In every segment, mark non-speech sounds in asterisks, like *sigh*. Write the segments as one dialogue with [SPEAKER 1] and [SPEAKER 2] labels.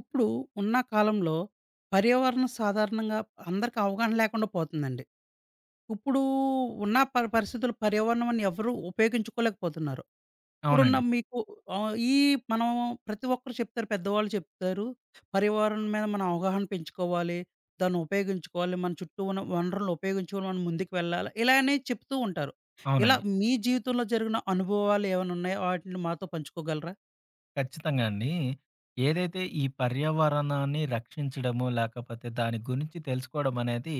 [SPEAKER 1] ఇప్పుడు ఉన్న కాలంలో పర్యావరణం సాధారణంగా అందరికి అవగాహన లేకుండా పోతుందండి. ఇప్పుడు ఉన్న పరిస్థితులు పర్యావరణాన్ని ఎవరు ఉపయోగించుకోలేకపోతున్నారు. ఇప్పుడున్న
[SPEAKER 2] అవునండి.
[SPEAKER 1] మీకు ఆహ్, ఈ మనం ప్రతి ఒక్కరు చెప్తారు. పెద్దవాళ్ళు చెప్తారు. పర్యావరణం మీద మనం అవగాహన పెంచుకోవాలి. దాన్ని ఉపయోగించుకోవాలి. మన చుట్టూ ఉన్న వనరులను ఉపయోగించుకొని మనం ముందుకు వెళ్ళాలి. ఇలా అనేది చెప్తూ ఉంటారు. ఇలా
[SPEAKER 2] అవునండి.
[SPEAKER 1] మీ జీవితంలో జరిగిన అనుభవాలు ఏమైనా ఉన్నాయా? వాటిని మాతో పంచుకోగలరా?
[SPEAKER 2] ఖచ్చితంగా అండి. ఏదైతే ఈ పర్యావరణాన్ని రక్షించడము, లేకపోతే దాని గురించి తెలుసుకోవడం అనేది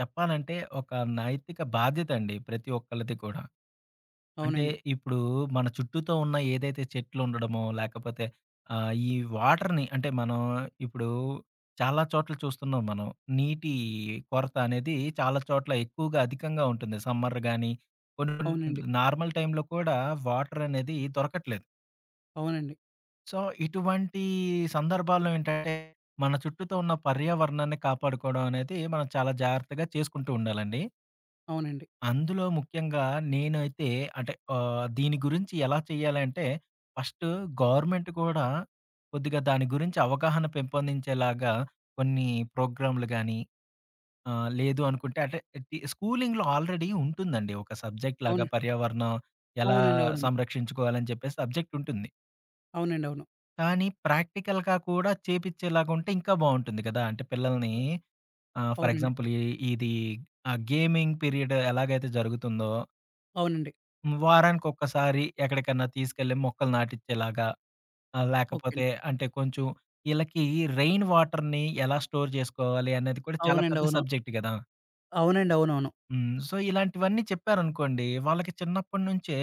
[SPEAKER 2] చెప్పాలంటే ఒక నైతిక బాధ్యత అండి ప్రతి ఒక్కళ్ళది కూడా. అంటే
[SPEAKER 1] అవునండి.
[SPEAKER 2] ఇప్పుడు మన చుట్టూతో ఉన్న ఏదైతే చెట్లు ఉండడమో, లేకపోతే ఈ వాటర్‌ని అంటే మనం ఇప్పుడు చాలా చోట్ల చూస్తున్నాం మనం. నీటి కొరత అనేది చాలా చోట్ల ఎక్కువగా అధికంగా ఉంటుంది. సమ్మర్ గాని, కొన్ని
[SPEAKER 1] అవునండి.
[SPEAKER 2] నార్మల్ టైమ్‌లో కూడా వాటర్ అనేది దొరకట్లేదు.
[SPEAKER 1] అవునండి.
[SPEAKER 2] సో, ఇటువంటి సందర్భాల్లో ఏంటంటే, మన చుట్టూతో ఉన్న పర్యావరణాన్ని కాపాడుకోవడం అనేది మనం చాలా జాగ్రత్తగా చేసుకుంటూ ఉండాలండి.
[SPEAKER 1] అవునండి.
[SPEAKER 2] అందులో ముఖ్యంగా నేనైతే అంటే దీని గురించి ఎలా చేయాలంటే, ఫస్ట్ గవర్నమెంట్ కూడా కొద్దిగా దాని గురించి అవగాహన పెంపొందించేలాగా కొన్ని ప్రోగ్రామ్‌లు గాని, లేదు అనుకుంటే అంటే స్కూలింగ్‌లో ఆల్రెడీ ఉంటుందండి. ఒక సబ్జెక్ట్ లాగా
[SPEAKER 1] అవునండి.
[SPEAKER 2] పర్యావరణం ఎలా
[SPEAKER 1] అవునండి. అవునండి.
[SPEAKER 2] సంరక్షించుకోవాలని చెప్పేసి సబ్జెక్ట్ ఉంటుంది.
[SPEAKER 1] అవునండి. అవును.
[SPEAKER 2] కానీ ప్రాక్టికల్‌గా కూడా చేపిచ్చేలాగుంటే ఇంకా బావుంటుంది కదా! అంటే పిల్లల్ని ఫర్
[SPEAKER 1] అవునండి.
[SPEAKER 2] ఎగ్జాంపుల్ ఈ ఇది గేమింగ్ పీరియడ్ ఎలాగైతే జరుగుతుందో,
[SPEAKER 1] అవునండి.
[SPEAKER 2] హ్మ్, వారానికొక్కసారి ఎక్కడికన్నా తీసుకెళ్ళి మొక్కలు నాటిచ్చేలాగా
[SPEAKER 1] ఓకే
[SPEAKER 2] లేకపోతే
[SPEAKER 1] అండి.
[SPEAKER 2] అంటే కొంచెం ఈళ్ళకి రెయిన్ వాటర్‌ని ఎలా స్టోర్ జేసుకోవాలి అనేది కూడా చాలా
[SPEAKER 1] అవునండి.
[SPEAKER 2] పెద్ద
[SPEAKER 1] అవును.
[SPEAKER 2] సబ్జెక్ట్ గదా!
[SPEAKER 1] అవునండి. అవునవును.
[SPEAKER 2] హ్మ్. సో, ఇలాంటివన్నీ చెప్పారనుకోండి వాళ్ళకి చిన్నప్పటి నుంచే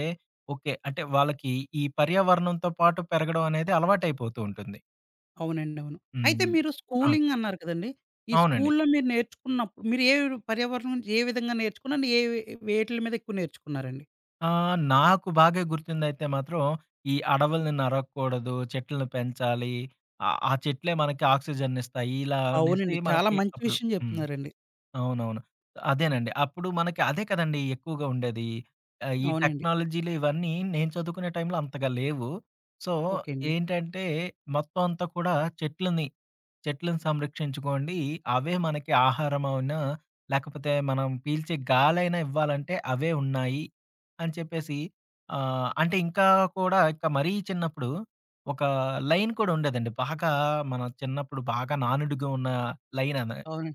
[SPEAKER 2] ఓకే. అంటే వాళ్ళకి ఈ పర్యావరణంతో పాటు పెరగడం అనేది అలవాటైపోతూ ఉంటుంది.
[SPEAKER 1] అవునండి. అవును. అయితే
[SPEAKER 2] హ్మ్.
[SPEAKER 1] మీరు
[SPEAKER 2] ఆ!
[SPEAKER 1] స్కూలింగ్ అన్నారు కదండీ! ఈ
[SPEAKER 2] అవునండి.
[SPEAKER 1] స్కూల్‌లో మీరు నేర్చుకున్నప్పుడు మీరు ఏ పర్యావరణం గురించి ఏ విధంగా నేర్చుకున్నారు? ఏ వేటిల మీద ఎక్కువ నేర్చుకున్నారండి?
[SPEAKER 2] నాకు బాగా గుర్తుందైతే మాత్రం, ఈ అడవుల్ని నరక్కూడదు, చెట్లను పెంచాలి. ఆ ఆ చెట్లే మనకి ఆక్సిజన్నిస్తాయి. ఇలా అనేసి
[SPEAKER 1] అవునండి. చాలా
[SPEAKER 2] మనకి
[SPEAKER 1] మంచి
[SPEAKER 2] అప్పుడు
[SPEAKER 1] విషయం
[SPEAKER 2] హ్మ్.
[SPEAKER 1] చెప్తున్నారండి.
[SPEAKER 2] అవునవును. అదేనండి. అప్పుడు మనకి అదే కదండీ ఎక్కువగా ఉండేది. ఈ
[SPEAKER 1] అవునండి.
[SPEAKER 2] టెక్నాలజీలు ఇవన్నీ నేను చదువుకునే టైంలో అంతగా లేవు. సో,
[SPEAKER 1] ఓకే అండి.
[SPEAKER 2] ఏంటంటే మొత్తం అంతా కూడా చెట్లని చెట్లను సంరక్షించుకోండి. అవే మనకి ఆహారం అవునా, లేకపోతే మనం పీల్చే గాలైనా ఇవ్వాలంటే అవే ఉన్నాయి అని చెప్పేసి అంటే ఇంకా కూడా ఇంకా మరీ చిన్నప్పుడు ఒక లైన్ కూడా ఉండేదండి. బాగా మన చిన్నప్పుడు బాగా నానుడిగా ఉన్న లైన్
[SPEAKER 1] అవును.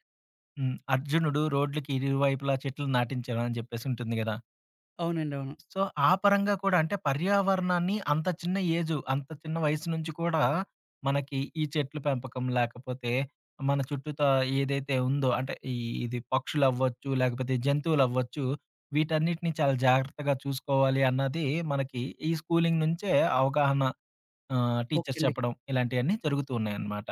[SPEAKER 2] హ్మ్. 'అర్జునుడు రోడ్లకి ఇరువైపులా చెట్లు నాటించెను' అని చెప్పేసి ఉంటుంది గదా!
[SPEAKER 1] అవునండి. అవును.
[SPEAKER 2] సో, ఆ పరంగా కూడా అంటే పర్యావరణాన్ని అంత చిన్న ఏజు, అంత చిన్న వయసు నుంచి కూడా మనకి ఈ చెట్లు పెంపకం లేకపోతే మన చుట్టూతా ఏదైతే ఉందో అంటే ఈ ఇది పక్షులవ్వచ్చు, లేకపోతే జంతువులవ్వచ్చు, వీటన్నిటిని చాలా జాగ్రత్తగా చూసుకోవాలి అన్నది మనకి ఈ స్కూలింగ్ నుంచే అవగాహన
[SPEAKER 1] ఓకే
[SPEAKER 2] టీచర్స్
[SPEAKER 1] అండి.
[SPEAKER 2] చెప్పడం ఇలాంటియన్నీ జరుగుతూ ఉన్నాయన్నమాట.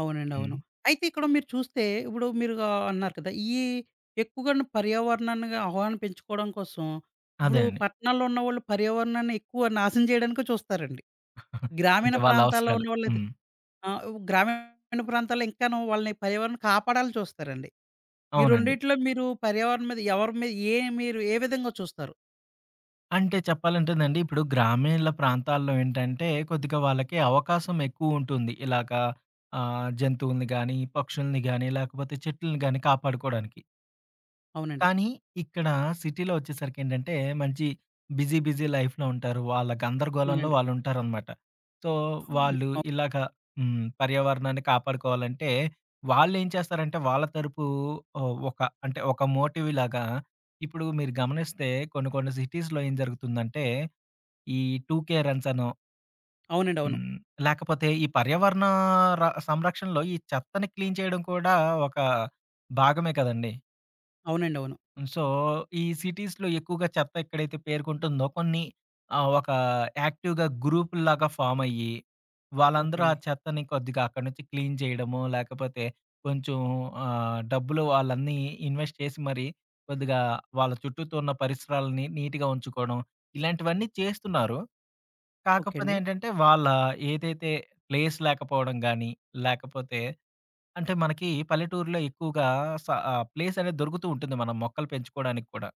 [SPEAKER 1] అవునండి. అవును.
[SPEAKER 2] హ్మ్.
[SPEAKER 1] అయితే ఇక్కడ మీరు చూస్తే ఇప్పుడు మీరు అన్నారు కదా! ఈ ఎక్కువగాను పర్యావరణాన్ని ఆహ్వానం పెంచుకోవడం కోసం ఇప్పుడు
[SPEAKER 2] అదేనండి.
[SPEAKER 1] పట్టణాల్లో ఉన్నవాళ్ళు పర్యావరణాన్ని ఎక్కువ నాశనం చేయడానికే చూస్తారండి.
[SPEAKER 2] *laughs* అంటే
[SPEAKER 1] గ్రామీణ
[SPEAKER 2] వాళ్ళ
[SPEAKER 1] ప్రాంతాల్లో
[SPEAKER 2] అవసరాలు.
[SPEAKER 1] ఉన్నవాళ్ళైతే
[SPEAKER 2] హ్మ్.
[SPEAKER 1] ఆహ్, గ్రామీణ ప్రాంతాల్లో ఇంకాను వాళ్ళని పర్యావరణం కాపాడాలని చూస్తారండి. ఈ
[SPEAKER 2] అవునండి.
[SPEAKER 1] రెండిట్లో మీరు పర్యావరణం మీద ఎవరి మీద ఏ మీరు ఏ విధంగా చూస్తారు?
[SPEAKER 2] అంటే చెప్పాలంటేనండి, ఇప్పుడు గ్రామీణ ప్రాంతాల్లో ఏంటంటే, కొద్దిగా వాళ్ళకి అవకాశం ఎక్కువుంటుంది. ఇలాగా జంతువుల్ని గానీ, పక్షుల్ని గానీ, లేకపోతే చెట్లని గానీ కాపాడుకోడానికి.
[SPEAKER 1] అవునండి.
[SPEAKER 2] కానీ, ఇక్కడ సిటీలో వచ్చేసరికేంటంటే, మంచి బిజీ, బిజీ లైఫ్‌లో ఉంటారు. వాళ్ళ గందరగోళంలో
[SPEAKER 1] అవునండి.
[SPEAKER 2] వాళ్ళుంటారనమాట. సో, వాళ్ళు
[SPEAKER 1] అవును.
[SPEAKER 2] ఇలాగ హ్మ్. పర్యావరణాన్ని కాపాడుకోవాలంటే, వాళ్ళేం చేస్తారంటే, వాళ్ళ తరపు ఒక అంటే, ఒక మోటివ్ లాగా ఇప్పుడు మీరు గమనిస్తే కొన్ని సిటీస్‌లో ఏం జరుగుతుందంటే ఈ 2K రన్స్ అనో,
[SPEAKER 1] అవునండి. అవును.
[SPEAKER 2] హ్మ్. లేకపోతే ఈ పర్యావరణ ర సంరక్షణలో ఈ చెత్తని క్లీన్ చేయడం కూడా ఒక భాగమే కదండీ.
[SPEAKER 1] అవునండి. అవును.
[SPEAKER 2] సో, ఈ సిటీస్‌లో ఎక్కువగా చెత్త ఎక్కడైతే పేరుకుంటుందో కొన్ని ఒక యాక్టివ్‌గా గ్రూపుల్లాగా ఫార్మ్ అయ్యి,
[SPEAKER 1] ఓకే
[SPEAKER 2] వాళ్ళందరూ ఆ
[SPEAKER 1] అండి.
[SPEAKER 2] చెత్తని కొద్దిగా అక్కడి నుంచి క్లీన్ చేయడమో, లేకపోతే కొంచెం డబ్బులు వాళ్ళన్నీ ఇన్వెస్ట్ చేసి మరి కొద్దిగా వాళ్ళ చుట్టూతో ఉన్న పరిసరాలని నీట్‌గా ఉంచుకోవడం, ఇలాంటివన్నీ చేస్తున్నారు.
[SPEAKER 1] ఓకే
[SPEAKER 2] కాకపోతే
[SPEAKER 1] అండి.
[SPEAKER 2] ఏంటంటే, వాళ్ళ ఏదైతే ప్లేస్ లేకపోవడం గాని, లేకపోతే అంటే మనకి పల్లెటూరులో ఎక్కువగా ప్లేస్ అనేది దొరుకుతూ ఉంటుంది. మనం మొక్కలు పెంచుకోవడానికి కూడా.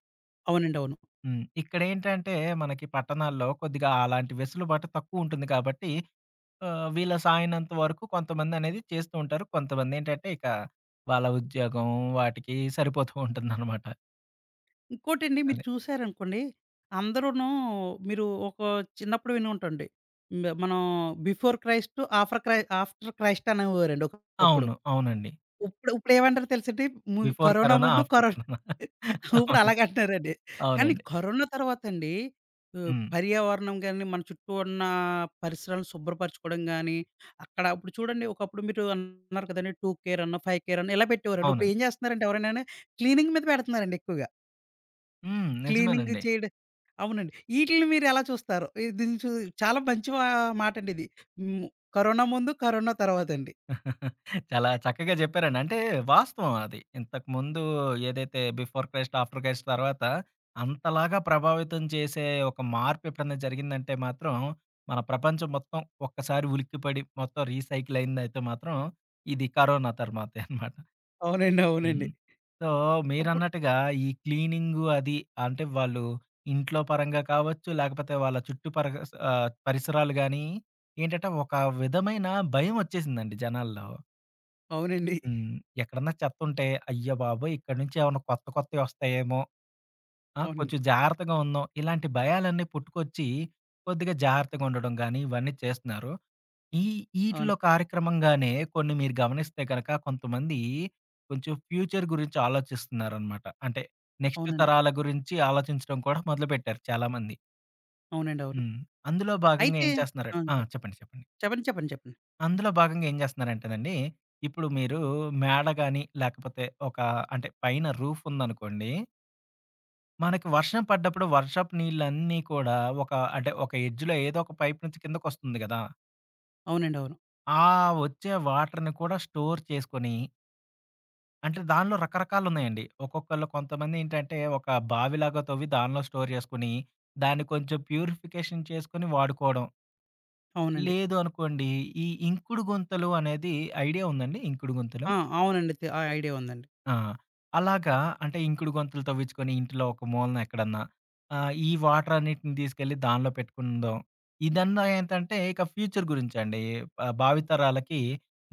[SPEAKER 1] అవునండి. అవును.
[SPEAKER 2] హ్మ్. ఇక్కడేంటంటే, మనకి పట్టణాల్లో కొద్దిగా అలాంటి వెసులుబాటు తక్కువుంటుంది కాబట్టి, వీళ్ళ సాయనంత వరకు కొంతమందనేది చేస్తూ ఉంటారు. కొంతమందేంటంటే, ఇక వాళ్ళ ఉద్యోగం వాటికి సరిపోతూ ఉంటుందనమాట.
[SPEAKER 1] ఇంకోటండి మీరు
[SPEAKER 2] అదే.
[SPEAKER 1] చూసారనుకోండి, అందరూను మీరు ఒక చిన్నప్పుడు విని ఉంటాండి. హ్మ్. మనం before Christ, offer cry after Christ అనేవారండి ఒకప్పుడు.
[SPEAKER 2] అవును. అవునండి.
[SPEAKER 1] ఇప్పుడేమంటారో తెలుసండి?
[SPEAKER 2] బిఫోర్ కరోనా,
[SPEAKER 1] ముందు,
[SPEAKER 2] ఆఫ్టర్
[SPEAKER 1] కరోనా
[SPEAKER 2] కరోనా.
[SPEAKER 1] *laughs* ఇప్పుడు
[SPEAKER 2] అవును.
[SPEAKER 1] అలాగంటున్నారండి. కానీ
[SPEAKER 2] అవునండి.
[SPEAKER 1] కరోనా తర్వాతండి
[SPEAKER 2] హ్మ్.
[SPEAKER 1] పర్యావరణం గాని, మన చుట్టూ ఉన్న పరిసరాలను శుభ్రపరచుకోవడం గాని, అక్కడ ఇప్పుడు చూడండి ఒకప్పుడు మీరు అన్నారు కదండీ! 2K కేర్ అనో, 5K కేర్ అనో ఇలా పెట్టేవారండి. ఇప్పుడు
[SPEAKER 2] అవునండి.
[SPEAKER 1] ఏం చేస్తున్నారంటే ఎవరైనాని క్లీనింగ్ మీద పెడుతున్నారండి ఎక్కువగా.
[SPEAKER 2] హ్మ్.
[SPEAKER 1] క్లీనింగ్
[SPEAKER 2] నిజమేనండి.
[SPEAKER 1] చేయడం అవునండి. ఈటిలిని మీరెలా చూస్తారు? ఈ దీన్ని చూ చాలా మంచి మాటండిది. హ్మ్. కరోనా ముందు, కరోనా తర్వాతండి.
[SPEAKER 2] *laughs* చాలా చక్కగా చెప్పారండి. అంటే వాస్తవం అది. ఇంతకుముందు ఏదైతే బిఫోర్ క్రైస్ట్, ఆఫ్టర్ క్రైస్ట్ తర్వాత అంతలాగా ప్రభావితం చేసే ఒక మార్పు ఎప్పుడన్నా జరిగిందంటే మాత్రం, మన ప్రపంచం మొత్తం ఒక్కసారి ఉలిక్కిపడి మొత్తం రీసైకిల్ అయిందయితే మాత్రం ఇది కరోనా తర్వాతే అనమాట.
[SPEAKER 1] అవునండి. అవునండి.
[SPEAKER 2] హ్మ్. సో,
[SPEAKER 1] అప్పుడు
[SPEAKER 2] మీరన్నట్టుగా ఈ క్లీనింగు అది అంటే వాళ్ళు ఇంట్లో పరంగా కావచ్చు, లేకపోతే వాళ్ళ చుట్టూ పరిసరాలు గానీ, ఏంటంటే ఒక విధమైన భయమొచ్చేసిందండి జనాల్లో.
[SPEAKER 1] అవునండి.
[SPEAKER 2] హ్మ్. ఎక్కడన్నా చెత్తుంటే, అయ్య బాబోయ్! ఇక్కడి నుంచి ఏమన్నా కొత్త కొత్తయొస్తాయేమో, ఆ!
[SPEAKER 1] అవునండి.
[SPEAKER 2] కొంచెం జాగ్రత్తగా ఉందాం. ఇలాంటి భయాలన్నీ పుట్టుకొచ్చి కొద్దిగా జాగ్రత్తగా ఉండడం గానీ, ఇవన్నీ చేస్తున్నారు. ఈ
[SPEAKER 1] అవును.
[SPEAKER 2] ఈటిలో కార్యక్రమంగానే కొన్ని మీరు గమనిస్తే గనక కొంతమంది కొంచెం ఫ్యూచర్ గురించి ఆలోచిస్తున్నారనమాట. అంటే నెక్స్ట్
[SPEAKER 1] అవునండి.
[SPEAKER 2] తరాల గురించి ఆలోచించడం కూడా మొదలుపెట్టారు చాలామంది.
[SPEAKER 1] అవునండి. అవును.
[SPEAKER 2] హ్మ్. అందులో భాగంగా
[SPEAKER 1] అయితే
[SPEAKER 2] ఏం చేస్తున్నారం
[SPEAKER 1] ఆ!
[SPEAKER 2] ఆ!
[SPEAKER 1] చెప్
[SPEAKER 2] చెప్పండి. చెప్పండి.
[SPEAKER 1] చెప్పండి. చెప్పండి. చెప్పండి.
[SPEAKER 2] అందులో భాగంగా ఏం చేస్తున్నారంటేనండి, ఇప్పుడు మీరు మేడ గాని, లేకపోతే ఒక అంటే పైన రూఫ్ ఉందనుకోండి, మనకి వర్షం పడ్డప్పుడు వర్షపు నీళ్ళన్నీ కూడా ఒక అంటే ఒక ఎడ్జ్‌లో ఏదో ఒక పైప్ నుంచి కిందకొస్తుంది గదా!
[SPEAKER 1] అవునండి. అవును.
[SPEAKER 2] ఆ వచ్చే వాటర్‌ని కూడా స్టోర్ చేసుకొని అంటే దానిలో రకరకాలున్నాయండి. ఒక్కొక్కళ్ళు కొంతమందేంటంటే, ఒక బావిలాగా తవ్వి దానిలో స్టోర్ జేసుకొని, దాన్ని కొంచెం ప్యూరిఫికేషన్ చేసుకొని వాడుకోవడం.
[SPEAKER 1] అవునండి.
[SPEAKER 2] లేదు అనుకోండి, ఈ ఇంకుడు గుంతలు అనేది ఐడియా ఉందండి ఇంకుడు గుంతలు?
[SPEAKER 1] ఆ! అవునండి. ఆ ఐడియా ఉందండి.
[SPEAKER 2] ఆ! అలాగా అంటే ఇంకుడు గుంతలు తవ్వించుకొని ఇంటిలో ఒక మూలన ఎక్కడన్నా ఈ వాటర్ అన్నిటిని తీసుకెళ్ళి దానిలో పెట్టుకుందాం. ఇదన్నా ఏంటంటే ఇక ఫ్యూచర్ గురించండి. భావితరాలకి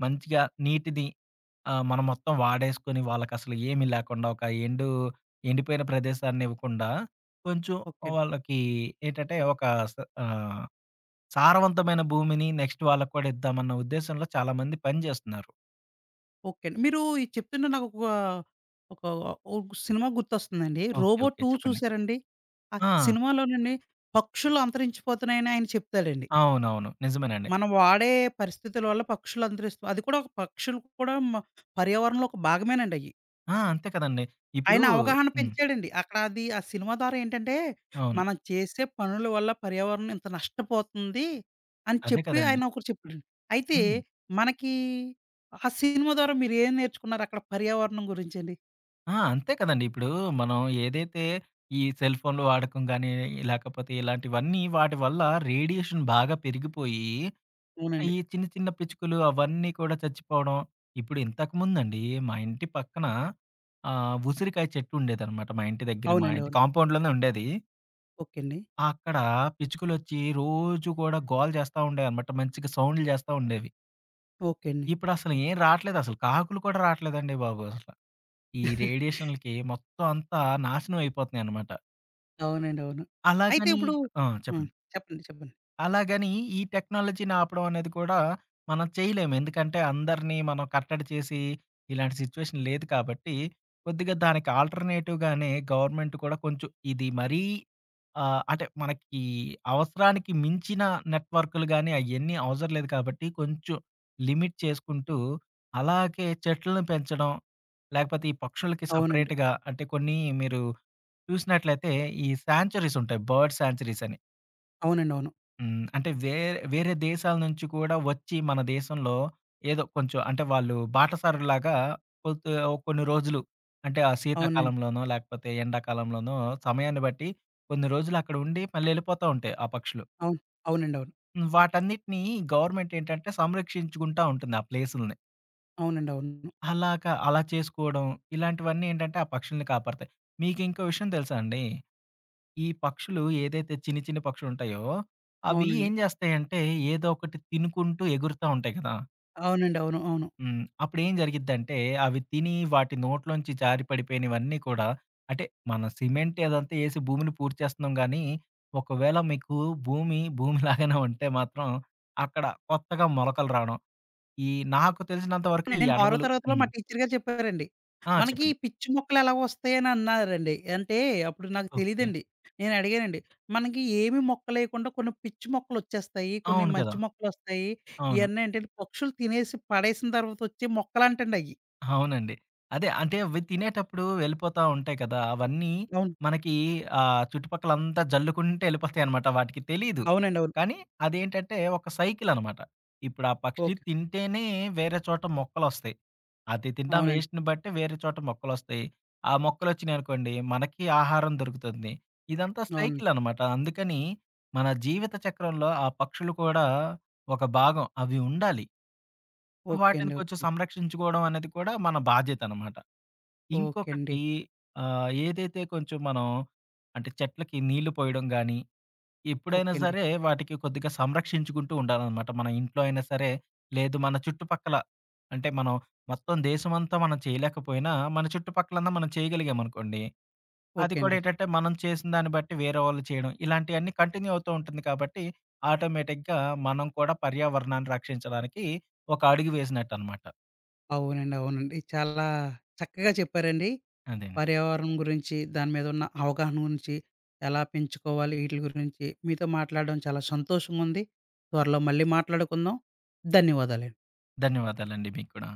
[SPEAKER 2] మంచిగా నీటిని మనం మొత్తం వాడేసుకొని వాళ్ళకసలు ఏమి లేకుండా ఒక ఎండిపోయిన ప్రదేశాన్ని ఇవ్వకుండా కొంచెం
[SPEAKER 1] ఓకే అండి.
[SPEAKER 2] వాళ్ళకి ఏంటంటే ఒక స ఆహ్, సారవంతమైన భూమిని నెక్స్ట్ వాళ్ళకి కూడా ఇద్దామన్న ఉద్దేశంలో చాలామంది పని చేస్తున్నారు.
[SPEAKER 1] ఓకే అండి. మీరు ఇది చెప్తుంటే నాకొక ఒక ఒక ఓ సినిమా గుర్తొస్తుందండి.
[SPEAKER 2] ఓకే.
[SPEAKER 1] 'రోబో
[SPEAKER 2] ఓకే.
[SPEAKER 1] 2'
[SPEAKER 2] చెప్పండి.
[SPEAKER 1] చూసారండి? ఆ
[SPEAKER 2] ఆ!
[SPEAKER 1] సినిమాలోనండి పక్షులు అంతరించిపోతున్నాయని ఆయన చెప్తాడండి.
[SPEAKER 2] అవునవును. నిజమేనండి.
[SPEAKER 1] మనం వాడే పరిస్థితుల వల్ల పక్షులు అంతరిస్తూ అది కూడా ఒక పక్షులు కూడా పర్యావరణంలో ఒక భాగమేనండయ్యి.
[SPEAKER 2] ఆ! అంతే కదండీ. ఇప్పుడు
[SPEAKER 1] ఆయన అవగాహన
[SPEAKER 2] హ్మ్.
[SPEAKER 1] పెంచాడండి. అక్కడ అది ఆ సినిమా ద్వారా ఏంటంటే,
[SPEAKER 2] అవును.
[SPEAKER 1] మనం చేసే పనుల వల్ల పర్యావరణం ఇంత నష్టపోతుంది అని
[SPEAKER 2] అదే
[SPEAKER 1] చెప్పి
[SPEAKER 2] కదండీ.
[SPEAKER 1] ఆయన ఒకరు చెప్పాడండి. అయితే
[SPEAKER 2] హ్మ్.
[SPEAKER 1] మనకి ఆ సినిమా ద్వారా మీరేం నేర్చుకున్నారు అక్కడ పర్యావరణం గురించండి?
[SPEAKER 2] ఆ! అంతే కదండీ. ఇప్పుడు మనం ఏదైతే ఈ సెల్ ఫోన్‌లు వాడకం గాని, లేకపోతే ఇలాంటివన్నీ వాటి వల్ల రేడియేషన్ బాగా పెరిగిపోయి, ఈ
[SPEAKER 1] అవునండి.
[SPEAKER 2] చిన్న చిన్న పిచ్చుకలు అవన్నీ కూడా చచ్చిపోవడం. ఇప్పుడు ఇంతకుముందండి మా ఇంటి పక్కన ఉసిరికాయ చెట్టు ఉండేదనమాట. మా ఇంటి దగ్గర మా
[SPEAKER 1] అవునండి.
[SPEAKER 2] ఇంటి
[SPEAKER 1] అవును.
[SPEAKER 2] కాంపౌండ్‌లోనే ఉండేది.
[SPEAKER 1] ఓకే అండి.
[SPEAKER 2] అక్కడ పిచ్చుకలొచ్చి రోజు కూడా గోల చేస్తా ఉండేయన్నమాట. మంచిగా సౌండ్‌లు చేస్తా ఉండేవి.
[SPEAKER 1] ఓకే అండి.
[SPEAKER 2] ఇప్పుడసలు ఏం రాట్లేదసలు. కాకులు కూడా రాట్లేదండి బాబు అసల. ఈ
[SPEAKER 1] *laughs*
[SPEAKER 2] రేడియేషన్‌లకి మొత్తం అంతా నాశనం అయిపోతున్నాయన్నమాట.
[SPEAKER 1] అవునండి. అవును. అయితే
[SPEAKER 2] అలాగని
[SPEAKER 1] ఇప్పుడు
[SPEAKER 2] ఆ!
[SPEAKER 1] హ్మ్.
[SPEAKER 2] చెప్పండి.
[SPEAKER 1] చెప్పండి. చెప్పండి.
[SPEAKER 2] అలాగని ఈ టెక్నాలజీని ఆపడం అనేది కూడా మనం చేయలేము. ఎందుకంటే అందరిని మనం కట్టడి చేసి ఇలాంటి సిట్యుయేషన్ లేదు కాబట్టి, కొద్దిగా దానికి ఆల్టర్‌నేటివ్‌గానే గవర్నమెంట్ కూడా కొంచెం ఇది మరీ అంటే మనకి అవసరానికి మించిన నెట్వర్క్‌లు గాని అయన్నీ అవసరం లేదు కాబట్టి కొంచెం లిమిట్ చేసుకుంటూ అలాగే చెట్లను పెంచడం, లేకపోతే ఈ పక్షులకి
[SPEAKER 1] అవునండి.
[SPEAKER 2] సెపరేట్‌గా అంటే కొన్ని మీరు చూసినట్లయితే ఈ సాంక్చురీస్ ఉంటాయి. బర్డ్ సాంక్చురీస్ అని.
[SPEAKER 1] అవునండి. అవును.
[SPEAKER 2] హ్మ్. అంటే వేరే, వేరే దేశాల నుంచి కూడా వచ్చి మన దేశంలో ఏదో కొంచెం అంటే వాళ్ళు బాటసారులాగా కొంత కొన్ని రోజులు అంటే ఆ
[SPEAKER 1] అవునండి.
[SPEAKER 2] శీతాకాలంలోనో, లేకపోతే ఎండాకాలంలోనో సమయాన్ని బట్టి కొన్ని రోజులు అక్కడ ఉండి మళ్ళీ ఎళ్ళిపోతా ఉంటాయి ఆ పక్షులు.
[SPEAKER 1] అవును. అవునండి. అవును.
[SPEAKER 2] హ్మ్. వాటన్నిటిని గవర్నమెంట్ ఏంటంటే సంరక్షించుకుంటా ఉంటుంది ఆ ప్లేసుల్ని.
[SPEAKER 1] అవునండి. అవును.
[SPEAKER 2] అలాగా అలా చేసుకోవడం ఇలాంటివన్నీ ఏంటంటే ఆ పక్షుల్ని కాపాడతాయి. మీకు ఇంకో విషయం తెలుసా అండి? ఈ పక్షులు ఏదైతే చిన్ని, చిన్ని పక్షులుంటాయో, అవి
[SPEAKER 1] అవునండి.
[SPEAKER 2] ఏం జేస్తాయంటే, ఏదో ఒకటి తినుకుంటూ ఎగురుతా ఉంటాయి కదా!
[SPEAKER 1] అవునండి. అవును. అవును.
[SPEAKER 2] హ్మ్. అప్పుడేం జరిగిద్దంటే, అవి తిని వాటి నోట్లోంచి జారి పడిపోయినవన్నీ కూడా అంటే, మన సిమెంట్ అదంతా ఏసి భూమిని పూడ్చేస్తున్నాం గానీ, ఒకవేళ మీకు భూమి, భూమి లాగానే ఉంటే మాత్రం, అక్కడ కొత్తగా మొలకలు రావడం. ఈ నాకు తెలిసినంత వరకు ఈ
[SPEAKER 1] నేను 6
[SPEAKER 2] అడవులు
[SPEAKER 1] తరగతిలో మా
[SPEAKER 2] హ్మ్.
[SPEAKER 1] టీచర్ గారు చెప్పారండి.
[SPEAKER 2] ఆ!
[SPEAKER 1] మనకి
[SPEAKER 2] చెప్పండి.
[SPEAKER 1] పిచ్చి మొక్కలు ఎలా వస్తాయని అన్నారండి. అంటే అప్పుడు నాకు
[SPEAKER 2] ఓకే.
[SPEAKER 1] తెలీదండి. నేను అడిగానండి. మనకి ఏమి మొక్కలేయకుండా కొన్ని పిచ్చి మొక్కలొచ్చేస్తాయి. కొన్ని
[SPEAKER 2] అవును కదా!
[SPEAKER 1] మంచి మొక్కలొస్తాయి.
[SPEAKER 2] అవును.
[SPEAKER 1] ఇయన్నీ ఏంటంటే పక్షులు తినేసి పడేసిన తర్వాత వచ్చే మొక్కలంటండి అయ్యి.
[SPEAKER 2] అవునండి. అదే అంటే అవి తినేటప్పుడు వెళ్ళిపోతా ఉంటాయి కదా! అవన్నీ
[SPEAKER 1] అవును.
[SPEAKER 2] మనకి చుట్టుపక్కలంతా జల్లుకుంటూ ఎళ్ళిపోతాయన్నమాట. వాటికి తెలీదు.
[SPEAKER 1] అవునండి. అవును.
[SPEAKER 2] కానీ అదేంటంటే ఒక సైకిల్ అనమాట. ఇప్పుడు ఆ పక్షి
[SPEAKER 1] ఓకే.
[SPEAKER 2] తింటేనే వేరే చోట మొక్కలొస్తాయి. అది తిన్న
[SPEAKER 1] అవునండి.
[SPEAKER 2] వేస్ట్‌ని బట్టి వేరే చోట మొక్కలొస్తాయి. ఆ మొక్కలొచ్చినాయనుకోండి మనకి ఆహారం దొరుకుతుంది. ఇదంతా
[SPEAKER 1] అవును.
[SPEAKER 2] సైకిల్ అనమాట. అందుకని మన జీవిత చక్రంలో ఆ పక్షులు కూడా ఒక భాగం. అవి ఉండాలి.
[SPEAKER 1] ఓకే
[SPEAKER 2] వాటిని
[SPEAKER 1] అండి.
[SPEAKER 2] కొంచెం
[SPEAKER 1] ఓకే.
[SPEAKER 2] సంరక్షించుకోవడం అనేది కూడా మన బాధ్యతనమాట.
[SPEAKER 1] ఓకే అండి.
[SPEAKER 2] ఇంకొకటి ఏదైతే కొంచెం మనం అంటే చెట్లకి నీళ్లు పోయడం గానీ, ఎప్పుడైనా
[SPEAKER 1] ఓకే అండి.
[SPEAKER 2] సరే వాటికి కొద్దిగా సంరక్షించుకుంటూ ఉండాలనమాట. మన ఇంట్లో అయినా సరే, లేదు మన చుట్టుపక్కల అంటే మనం మొత్తం దేశమంతా మనం చేయలేకపోయినా, మన చుట్టుపక్కలన్నా మనం చేయగలిగామనుకోండి, అది
[SPEAKER 1] ఓకే
[SPEAKER 2] కూడా
[SPEAKER 1] అండి.
[SPEAKER 2] ఏంటంటే మనం చేసిన దాన్ని బట్టి వేరే వాళ్ళు చేయడం, ఇలాంటియన్నీ కంటిన్యూ అవుతూ ఉంటుంది కాబట్టి ఆటోమేటిక్‌గా మనం కూడా పర్యావరణాన్ని రక్షించడానికి ఒక అడుగు వేసినట్టనమాట.
[SPEAKER 1] అవునండి. అవునండి. చాలా చక్కగా చెప్పారండి.
[SPEAKER 2] అదేనండి.
[SPEAKER 1] పర్యావరణం గురించి, దాని మీద ఉన్న అవగాహన గురించి, ఎలా పెంచుకోవాలి ఈటిల గురించి మీతో మాట్లాడడం చాలా సంతోషంగుంది. త్వరలో మళ్ళీ మాట్లాడుకుందాం. ధన్యవాదాలండి.
[SPEAKER 2] ధన్యవాదాలండి మీకు కూడా.